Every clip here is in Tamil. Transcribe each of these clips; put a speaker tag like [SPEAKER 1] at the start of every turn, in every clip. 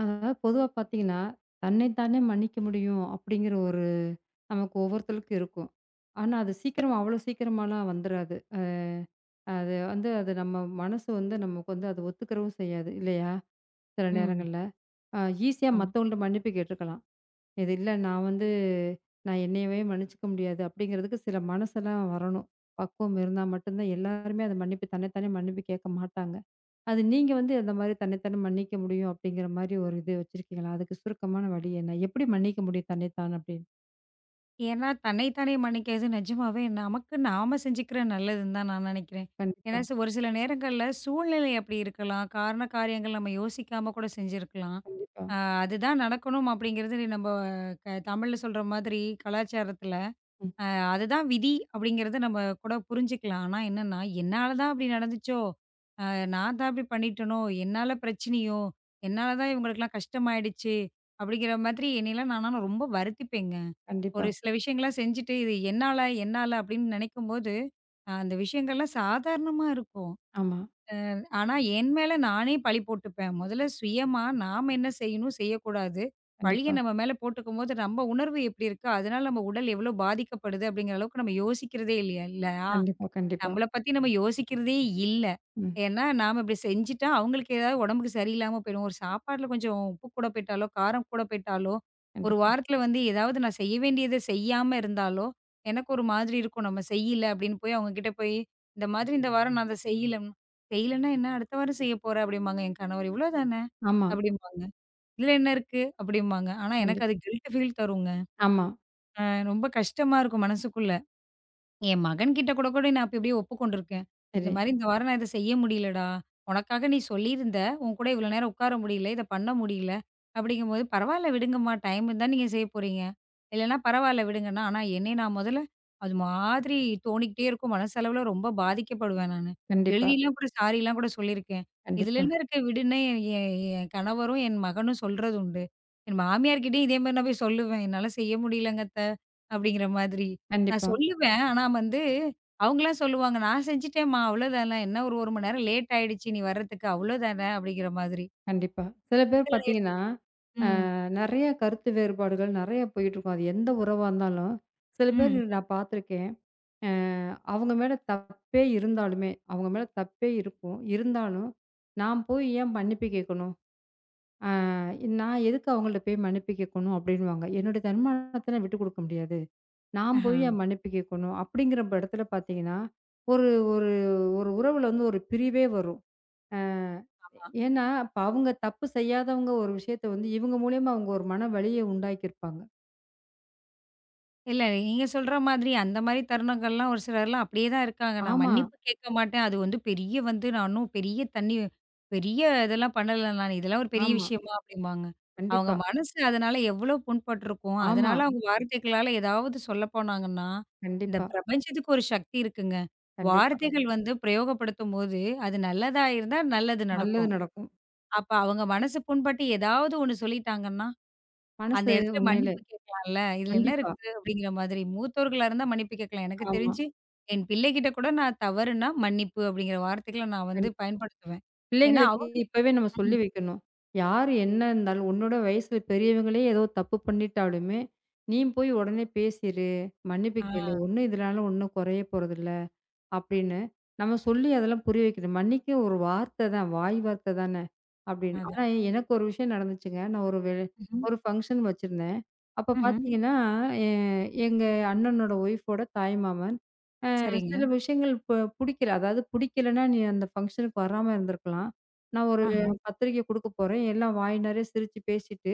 [SPEAKER 1] அதாவது பொதுவா பார்த்தீங்கன்னா, தன்னை தானே மன்னிக்க முடியும் அப்படிங்கிற ஒரு நமக்கு ஒவ்வொருத்தளுக்கும் இருக்கும். ஆனா, அது சீக்கிரம் அவ்வளோ சீக்கிரமாலாம் வந்துராது. அது வந்து அது நம்ம மனசு வந்து நமக்கு வந்து அது ஒத்துக்கவும் செய்யாது இல்லையா? சில
[SPEAKER 2] ம்.
[SPEAKER 1] நேரங்கள்ல. அ ஈஸியா
[SPEAKER 2] ஆமா.
[SPEAKER 1] மத்தவங்கள்ட்ட மன்னிப்பு கேட்டுருக்கலாம். இது இல்ல நான் வந்து நான் என்னையவே மன்னிச்சுக்க முடியாது அப்படிங்கிறதுக்கு சில மனசெல்லாம் வரணும். பக்குவம் இருந்தா மட்டும் தான் எல்லாருமே அத மன்னிப்பு தன்னை தானே மன்னிப்பு கேட்க மாட்டாங்க. அது நீங்க வந்து அந்த மாரி தன்னைத்தானே மன்னிக்க முடியும் அப்படிங்கிற மாரி ஒரு இது வச்சிருக்கீங்களா? அதுக்கு சுருக்கமான வழி என்ன? எப்படி மன்னிக்க முடியும் தன்னைத்தான் அப்படின்னு?
[SPEAKER 2] ஏன்னா தன்னைத்தானே மன்னிக்கிறது நிஜமாவே நமக்கு நாம செஞ்சுக்கிற நல்லதுன்னு தான் நான் நினைக்கிறேன். ஏன்னா
[SPEAKER 1] கண்டிப்பா,
[SPEAKER 2] ஒரு சில நேரங்கள்ல சூழ்நிலை அப்படி இருக்கலாம். காரண காரியங்கள் நம்ம யோசிக்காம கூட செஞ்சிருக்கலாம்.
[SPEAKER 1] கண்டிப்பா.
[SPEAKER 2] அதுதான் நடக்கணும் அப்படிங்கிறது நம்ம தமிழ்ல சொல்ற மாதிரி கலாச்சாரத்துல,
[SPEAKER 1] ம்.
[SPEAKER 2] அதுதான் விதி அப்படிங்கிறத நம்ம கூட புரிஞ்சுக்கலாம். ஆனா என்னன்னா, என்னால தான் அப்படி நடந்துச்சோ, அ நான் தான் அப்படி பண்ணிட்டேனோ, என்னால பிரச்சனையோ, என்னால தான் இவங்களுக்கெல்லாம் கஷ்டமாயிடுச்சு அப்படிங்கிற மாதிரி என்னையெல்லாம் நானா ரொம்ப வருத்திப்பேங்க.
[SPEAKER 1] கண்டிப்பா.
[SPEAKER 2] ஒரு சில விஷயங்கள்லாம் செஞ்சுட்டு, இது என்னால, என்னால அப்படின்னு நினைக்கும்போது, அந்த விஷயங்கள்லாம் சாதாரணமா இருக்கும்.
[SPEAKER 1] ஆமா.
[SPEAKER 2] ஆனா, என் மேல நானே பழி போட்டுப்பேன். முதல்ல சுயமா நாம என்ன செய்யணும், செய்யக்கூடாது. பழிய
[SPEAKER 1] கண்டிப்பா.
[SPEAKER 2] நம்ம மேல போட்டுக்கும்போது, நம்ம உணர்வு எப்படி இருக்கு? அதனால நம்ம உடல் எவ்வளோ பாதிக்கப்படுது? அப்படிங்கிற அளவுக்கு நம்ம யோசிக்கிறதே இல்லையா இல்லையா?
[SPEAKER 1] கண்டிப்பா, கண்டிப்பா.
[SPEAKER 2] நம்மள பத்தி நம்ம யோசிக்கிறதே இல்ல.
[SPEAKER 1] ம்.
[SPEAKER 2] ஏன்னா, நாம இப்படி செஞ்சுட்டா, அவங்களுக்கு ஏதாவது உடம்புக்கு சரியில்லாம போயிடும். ஒரு சாப்பாட்ல கொஞ்சம் உப்பு கூட போயிட்டாலோ, காரம் கூட போயிட்டாலோ, ஒரு
[SPEAKER 1] கண்டிப்பா.
[SPEAKER 2] வாரத்துல வந்து ஏதாவது நான் செய்ய வேண்டியத செய்யாம இருந்தாலோ, எனக்கு ஒரு மாதிரி இருக்கும். நம்ம செய்யல அப்படின்னு போய் அவங்க கிட்ட போய், இந்த மாதிரி இந்த வாரம் நான் அத செய்யலன்னு, செய்யலன்னா என்ன அடுத்த வாரம் செய்ய போற அப்படிம்பாங்க என் கணவர். இவ்வளோ தானே
[SPEAKER 1] ஆமா.
[SPEAKER 2] அப்படிம்பாங்க. இதுல என்ன இருக்கு அப்படிம்பாங்க. ஆனா எனக்கு
[SPEAKER 1] கண்டிப்பா.
[SPEAKER 2] அது கில்ட் ஃபீல் தருங்க.
[SPEAKER 1] ஆமா.
[SPEAKER 2] அ ரொம்ப கஷ்டமா இருக்கும் மனசுக்குள்ள. என் மகன்கிட்ட கூட கூட நான் அப்ப இப்படியே ஒப்புக்கொண்டிருக்கேன். இந்த
[SPEAKER 1] சரி.
[SPEAKER 2] மாரி இந்த வாரம் நான் இத செய்ய முடியலடா. உனக்காக நீ சொல்லியிருந்த. உன் கூட இவ்வளோ நேரம் உட்கார முடியல. இத பண்ண முடியல. அப்படிங்கும்போது பரவால்ல விடுங்கம்மா. டைம் இருந்தா நீங்க செய்ய போறீங்க. இல்லன்னா பரவால்ல விடுங்கன்னா. ஆனா என்னைய நான் முதல்ல அது மாதிரி தோணிக்கிட்டே இருக்கும். மனசளவுல ரொம்ப பாதிக்கப்படுவேன் நானு.
[SPEAKER 1] கண்டிப்பா,
[SPEAKER 2] எழுதிலாம் கூட சாரிலாம் கூட சொல்லியிருக்கேன். இதுல
[SPEAKER 1] கண்டிப்பா,
[SPEAKER 2] என்ன இருக்கு விடுன்னு என் என் என் கணவரும், என் மகனும் சொல்றது உண்டு. என் மாமியார்கிட்டயும் இதே மாரி நான் போய் சொல்லுவேன். என்னால செய்ய முடியலங்க அத்த அப்படிங்கிற மாதிரி. நான்
[SPEAKER 1] கண்டிப்பா,
[SPEAKER 2] சொல்லுவேன். ஆனா வந்து, அவங்கலாம் சொல்லுவாங்க, "நான் செஞ்சுட்டேன்ம்மா, அவ்வளோதான்ல. என்ன ஒரு 1 மணி நேரம் லேட் ஆயிடுச்சு நீ வர்றதுக்கு, அவ்வளோதானே." அப்படிங்கிற மாதிரி.
[SPEAKER 1] கண்டிப்பா. சில பேர்
[SPEAKER 2] சில நேர
[SPEAKER 1] பார்த்தீங்கன்னா,
[SPEAKER 2] ம்,
[SPEAKER 1] நெறைய கருத்து வேறுபாடுகள் நெறைய போயிட்டுருக்கும். அது எந்த உறவா இருந்தாலும், சில பேர்
[SPEAKER 2] ம்.
[SPEAKER 1] நான் பார்த்துருக்கேன். அ அவங்க மேல தப்பே இருந்தாலுமே அவங்க மேல தப்பே இருக்கும். இருந்தாலும், நான் போய் ஏன் மன்னிப்பு கேட்கணும்? அ நான் எதுக்கு அவங்கள்ட்ட போய் மன்னிப்பு கேட்கணும்? அப்படின்னுவாங்க. என்னுடைய தன்மானத்த நான் விட்டுக் குடுக்க முடியாது. நான்
[SPEAKER 2] ஆஹ.
[SPEAKER 1] போய் ஏன் மன்னிப்பு கேட்கணும்? அப்படிங்கிற இடத்துல பார்த்தீங்கன்னா, ஒரு ஒரு ஒரு உறவுல வந்து ஒரு பிரிவே வரும். அ
[SPEAKER 2] ஆமா.
[SPEAKER 1] ஏன்னா, அப்ப அவங்க தப்பு செய்யாதவங்க ஒரு விஷயத்த வந்து இவங்க மூலியமா அவங்க ஒரு மன வலிய உண்டாக்கியிருப்பாங்க.
[SPEAKER 2] இல்ல. நீங்க சொல்ற மாதிரி அந்த மாரி தருணங்கள்லாம் ஒரு சிலர்லாம் அப்படியே தான் இருக்காங்க. நான்
[SPEAKER 1] ஆமா,
[SPEAKER 2] மன்னிப்பு கேட்க மாட்டேன். அது வந்து பெரிய வந்து நான் ஒன்னும் பெரிய தண்ணி பெரிய இதெல்லாம் பண்ணல நானு. இதெல்லாம் ஒரு பெரிய
[SPEAKER 1] ஆமா.
[SPEAKER 2] விஷயமா அப்படிம்பாங்க. அவங்க
[SPEAKER 1] கண்டிப்பா.
[SPEAKER 2] மனசு அதனால எவ்வளோ புண்பட்டுருக்கும்.
[SPEAKER 1] ஆமா.
[SPEAKER 2] அதனால அவங்க வார்த்தைகளால ஏதாவது சொல்ல போனாங்கன்னா, இந்த
[SPEAKER 1] கண்டிப்பா,
[SPEAKER 2] பிரபஞ்சத்துக்கு ஒரு சக்தி இருக்குங்க.
[SPEAKER 1] கண்டிப்பா.
[SPEAKER 2] வார்த்தைகள் வந்து பிரயோகப்படுத்தும்போது, அது நல்லதா இருந்தா நல்லது
[SPEAKER 1] நல்லது
[SPEAKER 2] நடக்கும்.
[SPEAKER 1] நடக்கும்.
[SPEAKER 2] அப்ப அவங்க மனசு புண்பட்டு ஏதாவது ஒண்ணு சொல்லிட்டாங்கன்னா அந்த
[SPEAKER 1] மனசு
[SPEAKER 2] இடத்துல
[SPEAKER 1] உண்மையிலே
[SPEAKER 2] மன்னிப்பு கேட்கலாம்ல. இதுல என்ன
[SPEAKER 1] கண்டிப்பா.
[SPEAKER 2] இருக்கு அப்படிங்கிற மாதிரி. மூத்தோர்களா இருந்தா மன்னிப்பு கேட்கலாம். எனக்கு
[SPEAKER 1] ஆமா.
[SPEAKER 2] தெரிஞ்சு என் பிள்ளைகிட்ட கூட நான் தவறுனா மன்னிப்பு அப்படிங்கிற வார்த்தைகள நான்
[SPEAKER 1] கண்
[SPEAKER 2] வந்து பயன்படுத்துவேன். ஏன்னா
[SPEAKER 1] பிள்ளைங்களுக்கு
[SPEAKER 2] அவங்க
[SPEAKER 1] இப்பவே நம்ம சொல்லி
[SPEAKER 2] ம்.
[SPEAKER 1] வைக்கணும். யார் என்ன இருந்தாலும் உன்னோட வயசுல பெரியவங்களே ஏதோ தப்பு பண்ணிட்டாலுமே, நீ போய் உடனே பேசிரு. மன்னிப்பு கேளு.
[SPEAKER 2] ஆ
[SPEAKER 1] ஒண்ணும் இதனால ஒண்ணும் குறைய போறதில்ல. அப்படின்னு நம்ம சொல்லி அதெல்லாம் புரிய வைக்கணும். மன்னிக்க ஒரு வார்த்தை தான். வாய் வார்த்தை தானே அப்படின்னு. ஆனா
[SPEAKER 2] அதான்.
[SPEAKER 1] எனக்கு ஒரு விஷயம் நடந்துச்சுங்க. நான் ஒரு
[SPEAKER 2] ம்ஹ்ம்.
[SPEAKER 1] ஒரு ஃபங்ஷன் வச்சிருந்தேன். அப்ப
[SPEAKER 2] ம்ஹ்ம்.
[SPEAKER 1] பார்த்தீங்கன்னா, எ எங்க அண்ணனோட ஒய்ஃபோட தாய்மாமன் அ
[SPEAKER 2] சரிங்க.
[SPEAKER 1] சில விஷயங்கள் புடிக்கல. அதாவது புடிக்கலன்னா, நீ அந்த ஃபங்ஷனுக்கு வராம இருந்திருக்கலாம். நான் ஒரு
[SPEAKER 2] ஆஹா,
[SPEAKER 1] பத்திரிக்கை குடுக்க போறேன். எல்லாம் வாய் நெறைய சிரிச்சு பேசிட்டு,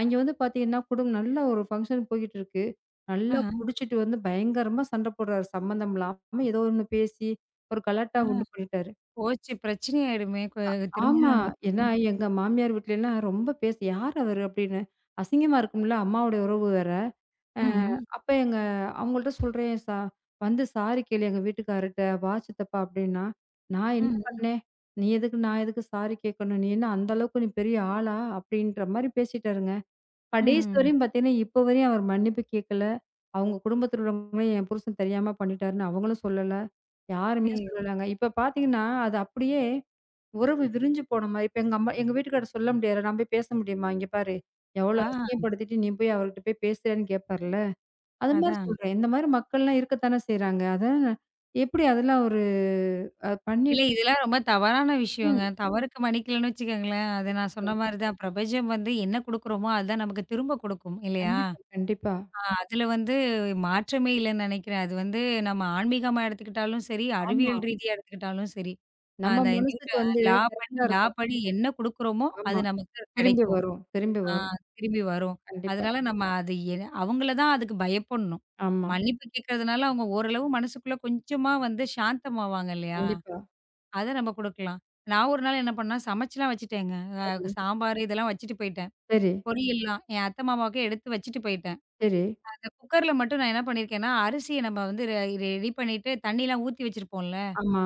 [SPEAKER 1] அங்கே வந்து பார்த்தீங்கன்னா, நல்ல ஒரு ஃபங்ஷன் போய்க்கிட்டு இருக்கு. நல்லா
[SPEAKER 2] ஆஹா,
[SPEAKER 1] குடிச்சிட்டு வந்து பயங்கரமா சண்ட போடுறாரு. சம்மந்தம் இல்லாம ஏதோ ஒண்ணு பேசி, ஒரு கலாட்டா
[SPEAKER 2] ஆஹா.
[SPEAKER 1] உண்டு பண்ணிட்டாரு.
[SPEAKER 2] போச்சு பிரச்சனை ஆயிடுமே!
[SPEAKER 1] ஆமா.
[SPEAKER 2] திருமணம் நடத்
[SPEAKER 1] ஏன்னா,
[SPEAKER 2] ம்.
[SPEAKER 1] எங்க மாமியார் வீட்லலாம் ரொம்ப பேசி "யார் அவரு?" அப்படின்னு. அசிங்கமா இருக்கும்ல, அம்மாவோட உறவு வேற. அ
[SPEAKER 2] ம்ஹ்ம்.
[SPEAKER 1] அப்ப எங்க அவங்கள்ட்ட சொல்றேன், வந்து சாரி கேளு எங்க வீட்டுக்காரர்ட்ட, வா சித்தப்பா" அப்படின்னா, "நான் என்ன
[SPEAKER 2] ம்.
[SPEAKER 1] பண்ணேன்? நீ எதுக்கு நான் எதுக்கு சாரி கேட்கணும்? நீ என்ன அந்த அளவுக்கு நீ பெரிய ஆளா?" அப்படின்ற மாரி பேசிட்டாருங்க. கடைசி
[SPEAKER 2] ம்.
[SPEAKER 1] வரையும் பார்த்தீங்கன்னா, இப்ப வரையும் அவர் மன்னிப்பு கேட்கல. அவங்க குடும்பத்தில உள்ளவங்களும் என் புருஷன் தெரியாம பண்ணிட்டாருன்னு அவங்களும் சொல்லல. யாருமே
[SPEAKER 2] ஐயயோ!
[SPEAKER 1] சொல்லலங்க. இப்ப பார்த்தீங்கன்னா, அது அப்படியே உறவு விரிஞ்சு போன மாரி. இப்ப எங்க அம்மா எங்க வீட்டுக்காரர் சொல்ல முடியாது. நான் போய் பேச முடியுமா? "இங்க பாரு, எவ்வளோ
[SPEAKER 2] ஆ
[SPEAKER 1] அசிங்கப்படுத்திட்டு நீ போய் அவர்கிட்ட போய் பேசுறியான்னு" கேட்பார்ல. அது மாரி
[SPEAKER 2] அதான்.
[SPEAKER 1] சொல்றேன். இந்த மாரி மக்கள்லாம் இருக்கத்தானே செய்றாங்க. அதான் எப்படி அதெல்லாம் ஒரு
[SPEAKER 2] இல்ல
[SPEAKER 1] பண்ணிட்டு
[SPEAKER 2] இதெல்லாம் ரொம்ப தவறான
[SPEAKER 1] ம்.
[SPEAKER 2] விஷயங்க. தவறுக்கு மன்னிக்கலன்னு வச்சுக்கோங்களேன், அது நான்
[SPEAKER 1] கண்டிப்பா,
[SPEAKER 2] சொன்ன மாரி தான் பிரபஞ்சம் வந்து என்ன குடுக்குறோமோ, அதுதான் நமக்கு திரும்ப குடுக்கும். இல்லையா?
[SPEAKER 1] கண்டிப்பா, கண்டிப்பா.
[SPEAKER 2] அதுல வந்து மாற்றமே இல்லன்னு நினைக்கிறேன். அது வந்து நம்ம ஆன்மீகமா எடுத்துக்கிட்டாலும் சரி,
[SPEAKER 1] ஆமா.
[SPEAKER 2] அறிவியல் ரீதியா எடுத்துக்கிட்டாலும் சரி.
[SPEAKER 1] நம்ம
[SPEAKER 2] அந்த
[SPEAKER 1] மனசுக்கு
[SPEAKER 2] நியூட்டன்
[SPEAKER 1] வந்து
[SPEAKER 2] லா படி
[SPEAKER 1] கரெக்ட்டா இருக்கணும்.
[SPEAKER 2] என்ன குடுக்குறோமோ, அது
[SPEAKER 1] ஆமா.
[SPEAKER 2] நமக்கு
[SPEAKER 1] திரும்பி
[SPEAKER 2] கிடைக்கும்.
[SPEAKER 1] வரும், திரும்பி
[SPEAKER 2] ஆ
[SPEAKER 1] வரும்.
[SPEAKER 2] திரும்பி வரும்.
[SPEAKER 1] கண்டிப்பா.
[SPEAKER 2] அதனால நம்ம அது அவங்கள தான் அதுக்கு பயப்படணும்.
[SPEAKER 1] ஆமா.
[SPEAKER 2] மன்னிப்பு கேட்கறதுனால அவங்க ஓரளவு மனசுக்குள்ள கொஞ்சமா வந்து சாந்தமாவாங்க இல்லையா?
[SPEAKER 1] கண்டிப்பா.
[SPEAKER 2] அத நம்ம குடுக்கலாம். நான் ஒரு நாள் என்ன பண்ணேன், சமைச்சுலாம் வச்சுட்டேங்க. அ
[SPEAKER 1] சரி,
[SPEAKER 2] சாம்பார் இதெல்லாம் வச்சுட்டு போயிட்டேன்.
[SPEAKER 1] சரி,
[SPEAKER 2] பொரியல்லாம் என் அத்தை, மாமாவுக்கு எடுத்து வச்சுட்டு போயிட்டேன்.
[SPEAKER 1] சரி.
[SPEAKER 2] இந்த குக்கர்ல மட்டும் நான் என்ன பண்ணியிருக்கேன்னா, அரிசிய நம்ம வந்து ரெடி பண்ணிட்டு தண்ணிலாம் ஊத்தி வச்சிருப்போம்ல.
[SPEAKER 1] ஆமா.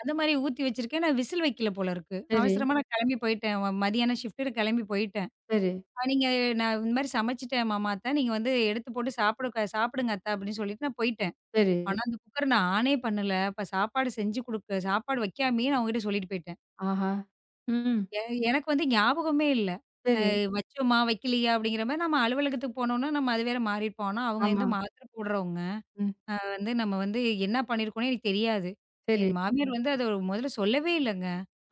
[SPEAKER 2] அந்த மாரி ஊத்தி வச்சிருக்கேன். நான் விசில் வைக்கல போல இருக்கு.
[SPEAKER 1] சரி,
[SPEAKER 2] அவசரமா நான் கிளம்பி போயிட்டேன். மதியானம் ஷிஃப்ட்டுக்கு கிளம்பி போயிட்டேன்.
[SPEAKER 1] சரி,
[SPEAKER 2] அ நீங்க நான் இந்த மாரி சமைச்சுட்டேன் மாமா அத்த. நீங்க வந்து எடுத்து போட்டு சாப்பிடுங்க அத்த அப்படின்னு சொல்லிட்டு நான் போயிட்டேன்.
[SPEAKER 1] சரி.
[SPEAKER 2] ஆனா அந்த குக்கர நான் ஆனே பண்ணல. அப்ப சாப்பாடு செஞ்சு குடுக்க சாப்பாடு வைக்காமயே நான் அவங்ககிட்ட சொல்லிட்டு போயிட்டேன்.
[SPEAKER 1] ஆஹா! ம்.
[SPEAKER 2] எ எனக்கு வந்து ஞாபகமே இல்ல. அ
[SPEAKER 1] சரி.
[SPEAKER 2] வச்சோமா, வைக்கலையா அப்படிங்கிற மாரி நம்ம அலுவலகத்துக்கு போனோம்னா நம்ம அது வேற மாறியிருப்போம். ஆனா அவங்க வந்து
[SPEAKER 1] ஆமா.
[SPEAKER 2] மாத்திரை போடுறவங்க.
[SPEAKER 1] ம்.
[SPEAKER 2] வந்து நம்ம வந்து என்ன பண்ணியிருக்கோன்னே எனக்கு தெரியாது.
[SPEAKER 1] சரி.
[SPEAKER 2] என் மாமியார் ம். வந்து அத முதல்ல சொல்லவே இல்லங்க.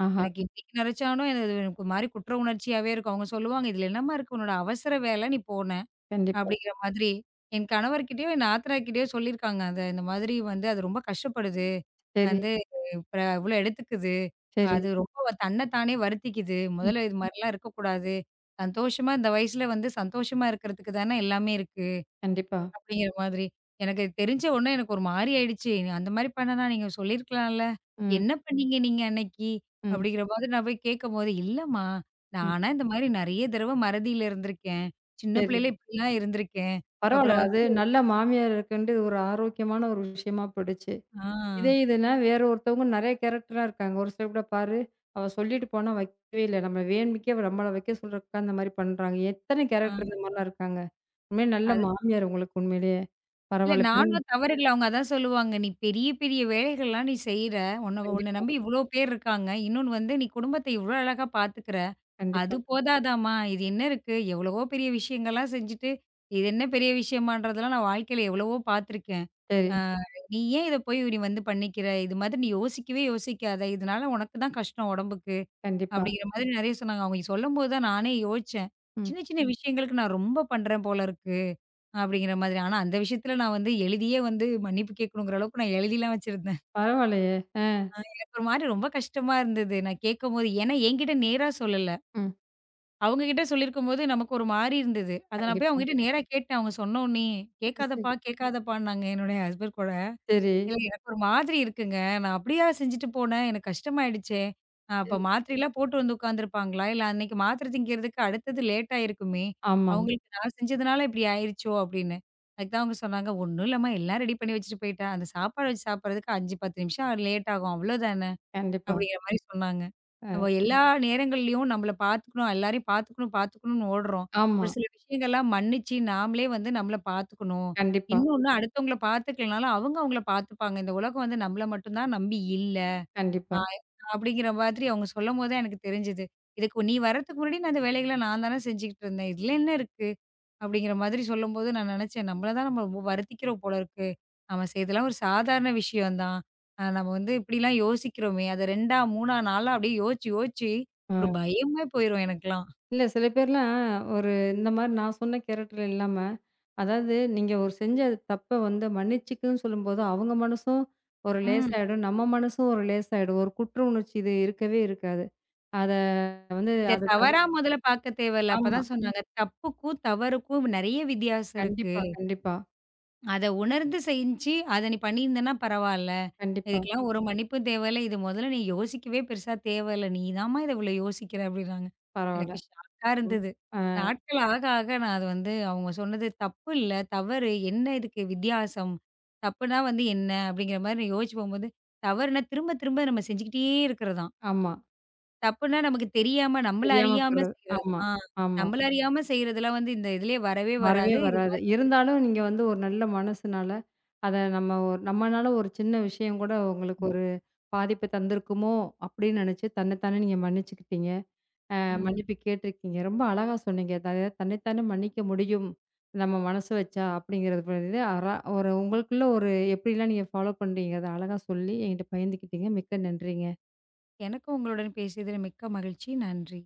[SPEAKER 1] ஆஹா!
[SPEAKER 2] எனக்கு இன்னைக்கு நெனச்சாலும் அது எனக்கு ஒரு மாரி குற்ற உணர்ச்சியாவே இருக்கும். அவங்க சொல்லுவாங்க, "இதுல என்னம்மா இருக்கு? உன்னோட அவசர வேல நீ போன."
[SPEAKER 1] கண்டிப்பா.
[SPEAKER 2] அப்படிங்கிற மாதிரி. என் கணவர்கிட்டயோ, என் நாத்தனார் கிட்டயோ சொல்லியிருக்காங்க. அத இந்த மாதிரி வந்து அது ரொம்ப கஷ்டப்படுது.
[SPEAKER 1] சரி,
[SPEAKER 2] வந்து இப்ப இவ்ளோ எடுத்துக்குது.
[SPEAKER 1] சரி.
[SPEAKER 2] அது ரொம்ப தன்ன தானே வருத்திக்குது.
[SPEAKER 1] ம்.
[SPEAKER 2] முதல்ல இது மாரிலாம் இருக்கக்கூடாது. சந்தோஷமா இந்த வயசுல வந்து சந்தோஷமா இருக்கிறதுக்கு தானே எல்லாமே இருக்கு.
[SPEAKER 1] கண்டிப்பா.
[SPEAKER 2] அப்படிங்கிற மாதிரி. எனக்கு தெரிஞ்ச உடனே எனக்கு ஒரு மாரி ஆயிடுச்சு. அந்த மாரி பண்ணனா நீங்க சொல்லியிருக்கலாம்ல.
[SPEAKER 1] ம்,
[SPEAKER 2] என்ன பண்ணீங்க நீங்க அன்னைக்கு?
[SPEAKER 1] ம்,
[SPEAKER 2] அப்படிங்கிற மாதிரி நான் போய் கேட்கும்போது, இல்லம்மா நான்
[SPEAKER 1] ம்.
[SPEAKER 2] ஆனா இந்த மாரி நெறைய தடவ மறதியில இருந்திருக்கேன். சின்ன
[SPEAKER 1] சரி.
[SPEAKER 2] பிள்ளையில இப்படிலாம் இருந்திருக்கேன்.
[SPEAKER 1] பரவால்ல.
[SPEAKER 2] அப்புறம்
[SPEAKER 1] அது
[SPEAKER 2] வந்து
[SPEAKER 1] நல்ல மாமியார் இருக்குன்ட்டு இது ஒரு ஆரோக்கியமான ஒரு விஷயமா போயிடுச்சு.
[SPEAKER 2] ஆ,
[SPEAKER 1] இதே இதுன்னா வேற ஒருத்தவங்க நெறைய கேரக்டரா இருக்காங்க. ஒரு சிலர் கூட பாரு, அவ சொல்லிட்டு போனா வைக்கவே இல்ல. நம்ம வேணும்னுக்கே நம்மள வைக்க சொல்றதுக்கு அந்த மாரி பண்றாங்க. எத்தன
[SPEAKER 2] ஆ
[SPEAKER 1] கேரக்டர் இந்த மாரிலாம் இருக்காங்க. உண்மையிலே நல்ல
[SPEAKER 2] அது
[SPEAKER 1] மாமியார் உங்களுக்கு உண்மையிலேயே.
[SPEAKER 2] இல்ல
[SPEAKER 1] பரவால்ல.
[SPEAKER 2] நானும் தவறு இல்ல. அவங்க அதான் சொல்லுவாங்க. நீ பெரிய பெரிய வேலைகள்லாம் நீ செய்ற. உன்ன உன்ன
[SPEAKER 1] கண்டிப்பா,
[SPEAKER 2] நம்பி இவ்ளோ பேர் இருக்காங்க. இன்னொன்னு வந்து நீ குடும்பத்த இவ்ளோ அழகா பார்த்துக்கிற. அது
[SPEAKER 1] கண்டிப்பா.
[SPEAKER 2] போதாதாம்மா, இது என்ன இருக்கு? எவ்வளவோ பெரிய விஷயங்கள்லாம் செஞ்சுட்டு, இது என்ன பெரிய விஷயமான்றதெல்லாம் நான் வாழ்க்கையில எவ்வளவோ பார்த்துருக்கேன். அ
[SPEAKER 1] சரி,
[SPEAKER 2] நீ ஏன் இத போய் நீ வந்து பண்ணிக்கிற? இது மாதிரி நீ யோசிக்கவே யோசிக்காத. இதனால உனக்கு தான் கஷ்டம் உடம்புக்கு.
[SPEAKER 1] கண்டிப்பா.
[SPEAKER 2] அப்படிங்கிற மாதிரி நெறைய சொன்னாங்க. அவங்க சொல்லும்போது தான் நானே யோசிச்சேன்.
[SPEAKER 1] ம்.
[SPEAKER 2] சின்ன சின்ன விஷயங்களுக்கு நான் ரொம்ப பண்றேன் போல இருக்கு. அப்படிங்கிற மாதிரி. ஆனா அந்த விஷயத்துல நான் வந்து எழுதியே வந்து மன்னிப்பு கேட்கணுங்கிற அளவுக்கு நான் எழுதிலாம் வச்சிருந்தேன்.
[SPEAKER 1] பரவாயில்லையே. அ,
[SPEAKER 2] ஒரு மாரி ரொம்ப கஷ்டமா இருந்தது. நான் கேட்கும்போது. ஏன்னா என்கிட்ட நேரா சொல்லல.
[SPEAKER 1] ம்.
[SPEAKER 2] அவங்க கிட்ட சொல்லியிருக்கும்போது நமக்கு ஒரு மாரி இருந்தது. அத நான் போய்
[SPEAKER 1] கண்டிப்பா.
[SPEAKER 2] அவங்ககிட்ட ம். நேரா கேட்டேன். அவங்க சொன்னோனே,
[SPEAKER 1] சரி, சரி.
[SPEAKER 2] "கேட்காதப்பா, கேட்காதப்பான்னாங்க" என்னுடைய ஹஸ்பண்ட் கூட.
[SPEAKER 1] சரி.
[SPEAKER 2] "இல்ல எனக்கு ஒரு மாதிரி இருக்குங்க. நான் அப்படியா செஞ்சுட்டு போனேன். எனக்கு கஷ்டமாயிடுச்சே!
[SPEAKER 1] சரி.
[SPEAKER 2] அப்ப மாத்திரைலாம் போட்டு வந்து உட்காந்துருப்பாங்களா? இல்ல அன்னைக்கு மாத்திரை திங்கிறதுக்கு அடுத்தது லேட் ஆயிருக்குமே!
[SPEAKER 1] ஆமா.
[SPEAKER 2] அவங்களுக்கு நான் செஞ்சதுனால இப்படி ஆயிருச்சோ!" அப்படின்னு. அதுக்கு தான் அவங்க சொன்னாங்க, "ஒண்ணும் இல்லம்மா. எல்லாம் ரெடி பண்ணி வச்சுட்டு போயிட்டா. அந்த சாப்பாடு வச்சு சாப்பிடுறதுக்கு 5, 10 நிமிஷம் லேட் ஆகும். அவ்வளோதான."
[SPEAKER 1] கண்டிப்பா.
[SPEAKER 2] அப்படிங்கிற மாரி சொன்னாங்க. நம்ம
[SPEAKER 1] அ,
[SPEAKER 2] எல்லா நேரங்கள்லயும் நம்மள பார்த்துக்கணும், எல்லாரையும் பார்த்துக்கணும்னு ஓடுறோம். ஒரு
[SPEAKER 1] ஆமா.
[SPEAKER 2] சில விஷயங்கள்லாம் மன்னிச்சு, நாமளே வந்து நம்மள பார்த்துக்கணும்.
[SPEAKER 1] கண்டிப்பா,
[SPEAKER 2] இன்னொன்னு அடுத்தவங்கள பார்த்துக்கலனாலும், அவங்க அவங்கள பார்த்துப்பாங்க. இந்த உலகம் வந்து நம்மள மட்டும் தான் நம்பி இல்ல. ஆ
[SPEAKER 1] கண்டிப்பா.
[SPEAKER 2] அப்படிங்கிற மாதிரி அவங்க சொல்லும்போது தான் எனக்கு தெரிஞ்சது. இதுக்கு நீ வர்றதுக்கு முன்னாடி நான் இந்த வேலைகள நான் தானே செஞ்சுகிட்டு இருந்தேன். இதுல என்ன இருக்கு? அப்படிங்கிற மாதிரி சொல்லும்போது நான் நினச்சேன், நம்மள தான் நம்ம ரொம்ப வருத்திக்கிறோம் போல இருக்கு. நம்ம செய்தெல்லாம் ஒரு சாதாரண விஷயம் தான். நம்ம வந்து இப்படிலாம் யோசிக்கிறோமே, அத 2ஆ, 3ஆ, 4ஆ அப்படியே யோசிச்சு, யோசிச்சு ஒரு
[SPEAKER 1] அ.
[SPEAKER 2] பயமே போயிரும் எனக்கெல்லாம்.
[SPEAKER 1] இல்ல சில பேர்லாம் ஒரு இந்த மாரி நான் சொன்ன கேரக்டர் இல்லாம, அதாவது நீங்க ஒரு செஞ்ச தப்ப வந்து மன்னிச்சுக்கன்னு சொல்லும்போது, அவங்க மனசும் ஒரு
[SPEAKER 2] ம்.
[SPEAKER 1] லேசாயிடும். நம்ம மனசும் ஒரு லேசாயிடும். ஒரு குற்ற உணர்ச்சி இது இருக்கவே இருக்காது. அத வந்து
[SPEAKER 2] இத
[SPEAKER 1] அத தவிர்
[SPEAKER 2] தவறா முதல்ல பார்க்க தேவையில்ல.
[SPEAKER 1] ஆமா.
[SPEAKER 2] அப்பதான் சொன்னாங்க. தப்புக்கும், தவறுக்கும் நெறைய வித்தியாசம் இருக்கு.
[SPEAKER 1] கண்டிப்பா, கண்டிப்பா,
[SPEAKER 2] அத உணர்ந்து செஞ்சு, அத நீ பண்ணியிருந்தன்னா பரவால்ல.
[SPEAKER 1] கண்டிப்பா.
[SPEAKER 2] இதுக்கெல்லாம் ஒரு ம். மன்னிப்பும் தேவையில்ல. இது முதல்ல நீ யோசிக்கவே பெருசா தேவையில்ல. நீ தாம்மா இத இவ்வளோ யோசிக்கிற அப்டின்னாங்க.
[SPEAKER 1] பரவால்ல.
[SPEAKER 2] எனக்கு ஷாக்கா
[SPEAKER 1] ம்.
[SPEAKER 2] இருந்தது.
[SPEAKER 1] அ
[SPEAKER 2] நாட்கள் ஆக ஆக நான் அது வந்து அவங்க சொன்னது தப்பு இல்ல, தவறு என்ன இதுக்கு வித்தியாசம்? தப்புனா வந்து என்ன? அப்படிங்கிற மாரி நான் யோசிச்சு போம்போது, தவறுனா திரும்ப திரும்ப நம்ம செஞ்சுக்கிட்டே இருக்கிறதாம்.
[SPEAKER 1] ஆமா.
[SPEAKER 2] தப்புனா நமக்கு தெரியாம, நம்மள
[SPEAKER 1] தெரியாம
[SPEAKER 2] அறியாம
[SPEAKER 1] போறது.
[SPEAKER 2] செய்றது.
[SPEAKER 1] ஆமா,
[SPEAKER 2] ஆ
[SPEAKER 1] ஆமா.
[SPEAKER 2] நம்மள அறியாம செய்றதெல்லாம் வந்து இந்த இதுலயே வரவே
[SPEAKER 1] வரவே
[SPEAKER 2] வராது. இது
[SPEAKER 1] வராது. இருந்தாலும் நீங்க வந்து ஒரு நல்ல மனசுனால, அத நம்ம ஒரு நம்மனால ஒரு சின்ன விஷயம் கூட உங்களுக்கு ஒரு பாதிப்பு தந்திருக்குமோ! அப்பிடின்னு நினச்சு தன்ன தானே நீங்க மன்னிச்சுக்கிட்டீங்க. அ ம்.
[SPEAKER 2] ம்.
[SPEAKER 1] மன்னிப்பு கேட்டிருக்கீங்க. ரொம்ப அழகா சொன்னீங்க. அதாவது தன்னை தானே மன்னிக்க முடியும். நம்ம மனசு வச்சா அப்பிடிங்கிறது இது அறா ஒரு உங்களுக்குள்ள ஒரு எப்பிடிலாம் நீங்க ஃபாலோ பண்றீங்கிறத அழகா சொல்லி என்கிட்ட பகிர்ந்துக்கிட்டீங்க. மிக்க நன்றிங்க.
[SPEAKER 2] எனக்கும் உங்களுடன் பேசியதில் மிக்க மகிழ்ச்சி. நன்றி.